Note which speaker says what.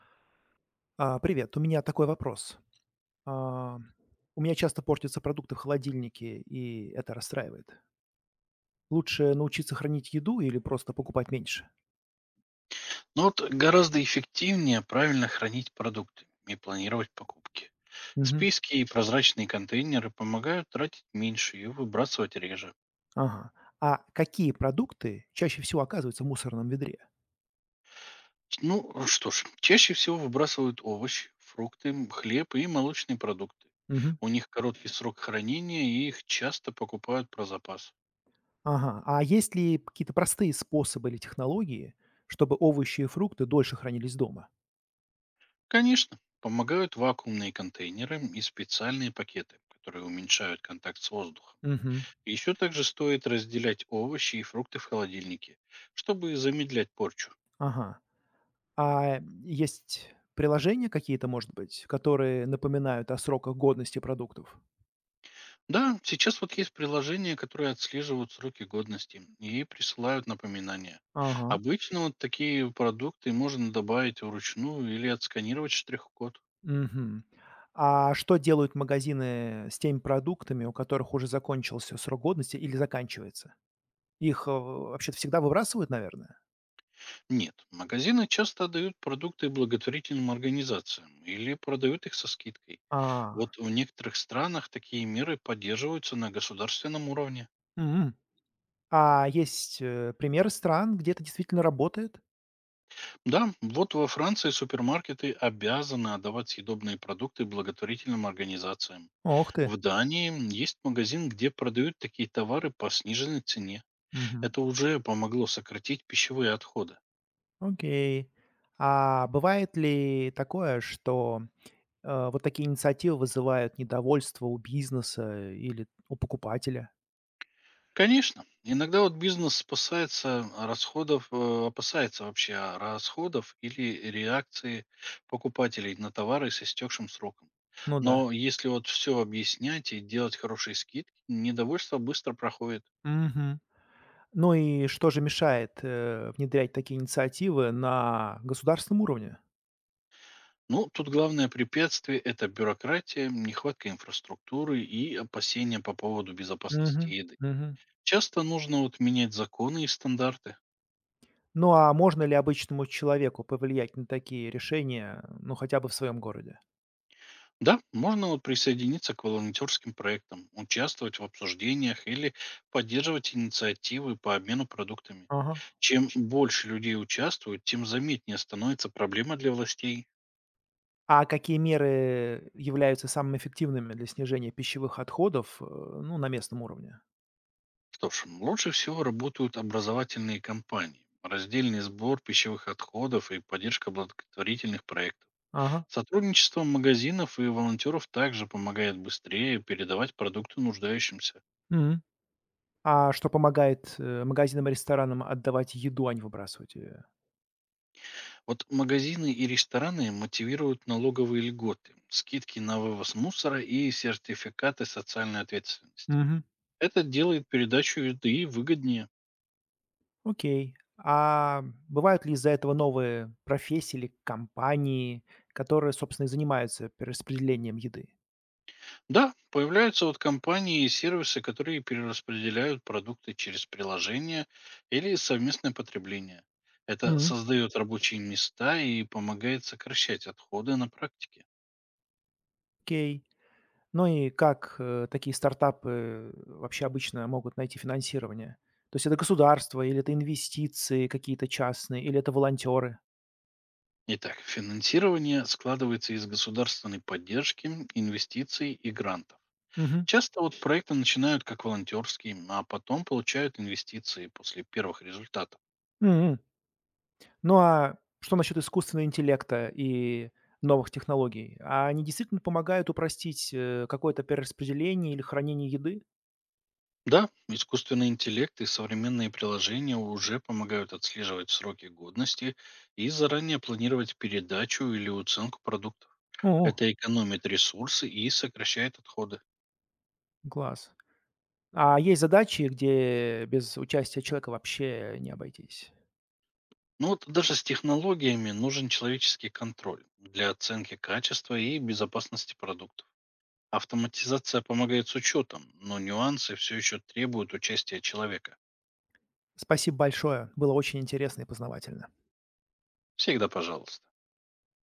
Speaker 1: Привет, у меня такой вопрос. А, У меня часто портятся продукты в холодильнике, и это расстраивает. Лучше научиться хранить еду или просто покупать меньше?
Speaker 2: Но вот гораздо эффективнее правильно хранить продукты и планировать покупки.
Speaker 1: Мгм.
Speaker 2: Списки и прозрачные контейнеры помогают тратить меньше и выбрасывать реже.
Speaker 1: Ага. А какие продукты чаще всего оказываются в мусорном ведре?
Speaker 2: Ну что ж, чаще всего выбрасывают овощи, фрукты, хлеб и молочные продукты.
Speaker 1: Мгм.
Speaker 2: У них короткий срок хранения и их часто покупают про запас.
Speaker 1: Ага. А есть ли какие-то простые способы или технологии, чтобы овощи и фрукты дольше хранились дома?
Speaker 2: Конечно, помогают вакуумные контейнеры и специальные пакеты, которые уменьшают контакт с воздухом.
Speaker 1: Мгм.
Speaker 2: Еще также стоит разделять овощи и фрукты в холодильнике, чтобы замедлять порчу.
Speaker 1: Ага. А есть приложения какие-то, может быть, которые напоминают о сроках годности продуктов?
Speaker 2: Да, сейчас вот есть приложения, которые отслеживают сроки годности и присылают напоминания.
Speaker 1: Ага.
Speaker 2: Обычно вот такие продукты можно добавить вручную или отсканировать штрих-код.
Speaker 1: Мгм. А что делают магазины с теми продуктами, у которых уже закончился срок годности или заканчивается? Их, вообще-то всегда выбрасывают, наверное?
Speaker 2: Нет, магазины часто отдают продукты благотворительным организациям или продают их со скидкой.
Speaker 1: А,
Speaker 2: Вот в некоторых странах такие меры поддерживаются на государственном уровне.
Speaker 1: м. А есть, примеры стран, где это действительно работает?
Speaker 2: Да, вот во Франции супермаркеты обязаны отдавать съедобные продукты благотворительным организациям.
Speaker 1: Ох ты.
Speaker 2: В Дании есть магазин, где продают такие товары по сниженной цене.
Speaker 1: Мгм.
Speaker 2: Это уже помогло сократить пищевые отходы.
Speaker 1: Окей. А бывает ли такое, что, вот такие инициативы вызывают недовольство у бизнеса или у покупателя?
Speaker 2: Конечно, иногда вот бизнес спасается расходов, опасается вообще расходов или реакции покупателей на товары с истекшим сроком.
Speaker 1: Ну да.
Speaker 2: Но если вот все объяснять и делать хорошие скидки, недовольство быстро проходит.
Speaker 1: Мгм. Ну и что же мешает, внедрять такие инициативы на государственном уровне?
Speaker 2: Ну, тут главное препятствие– это бюрократия, нехватка инфраструктуры и опасения по поводу безопасности
Speaker 1: Мгм,
Speaker 2: еды.
Speaker 1: мгм.
Speaker 2: Часто нужно вот менять законы и стандарты.
Speaker 1: Ну, а можно ли обычному человеку повлиять на такие решения, ну, хотя бы в своем городе?
Speaker 2: Да, можно вот присоединиться к волонтерским проектам, участвовать в обсуждениях или поддерживать инициативы по обмену продуктами.
Speaker 1: Ага.
Speaker 2: Чем больше людей участвуют, тем заметнее становится проблема для властей.
Speaker 1: А какие меры являются самыми эффективными для снижения пищевых отходов, ну, на местном уровне?
Speaker 2: Что ж, лучше всего работают образовательные компании, раздельный сбор пищевых отходов и поддержка благотворительных проектов.
Speaker 1: Ага.
Speaker 2: Сотрудничество магазинов и волонтеров также помогает быстрее передавать продукты нуждающимся.
Speaker 1: Мгм. А что помогает, магазинам и ресторанам отдавать еду, а не выбрасывать ее?
Speaker 2: Вот магазины и рестораны мотивируют налоговые льготы, скидки на вывоз мусора и сертификаты социальной ответственности. Это делает передачу еды выгоднее.
Speaker 1: Окей. А бывают ли из-за этого новые профессии или компании, которые, собственно, и занимаются перераспределением еды?
Speaker 2: Да, появляются вот компании и сервисы, которые перераспределяют продукты через приложения или совместное потребление. Это
Speaker 1: Мгм.
Speaker 2: создает рабочие места и помогает сокращать отходы на практике.
Speaker 1: Окей. Ну и как такие стартапы вообще обычно могут найти финансирование? То есть это государство, или это инвестиции какие-то частные, или это волонтеры?
Speaker 2: Итак, финансирование складывается из государственной поддержки, инвестиций и грантов.
Speaker 1: Мгм.
Speaker 2: Часто вот проекты начинают как волонтерские, а потом получают инвестиции после первых результатов.
Speaker 1: Мгм. Ну а что насчет искусственного интеллекта и новых технологий? А они действительно помогают упростить какое-то перераспределение или хранение еды?
Speaker 2: Да, искусственный интеллект и современные приложения уже помогают отслеживать сроки годности и заранее планировать передачу или уценку продуктов.
Speaker 1: О.
Speaker 2: Это экономит ресурсы и сокращает отходы.
Speaker 1: Класс. А есть задачи, где без участия человека вообще не обойтись?
Speaker 2: Ну вот даже с технологиями нужен человеческий контроль для оценки качества и безопасности продукта. Автоматизация помогает с учетом, но нюансы все еще требуют участия человека.
Speaker 1: Спасибо большое. Было очень интересно и познавательно.
Speaker 2: Всегда пожалуйста.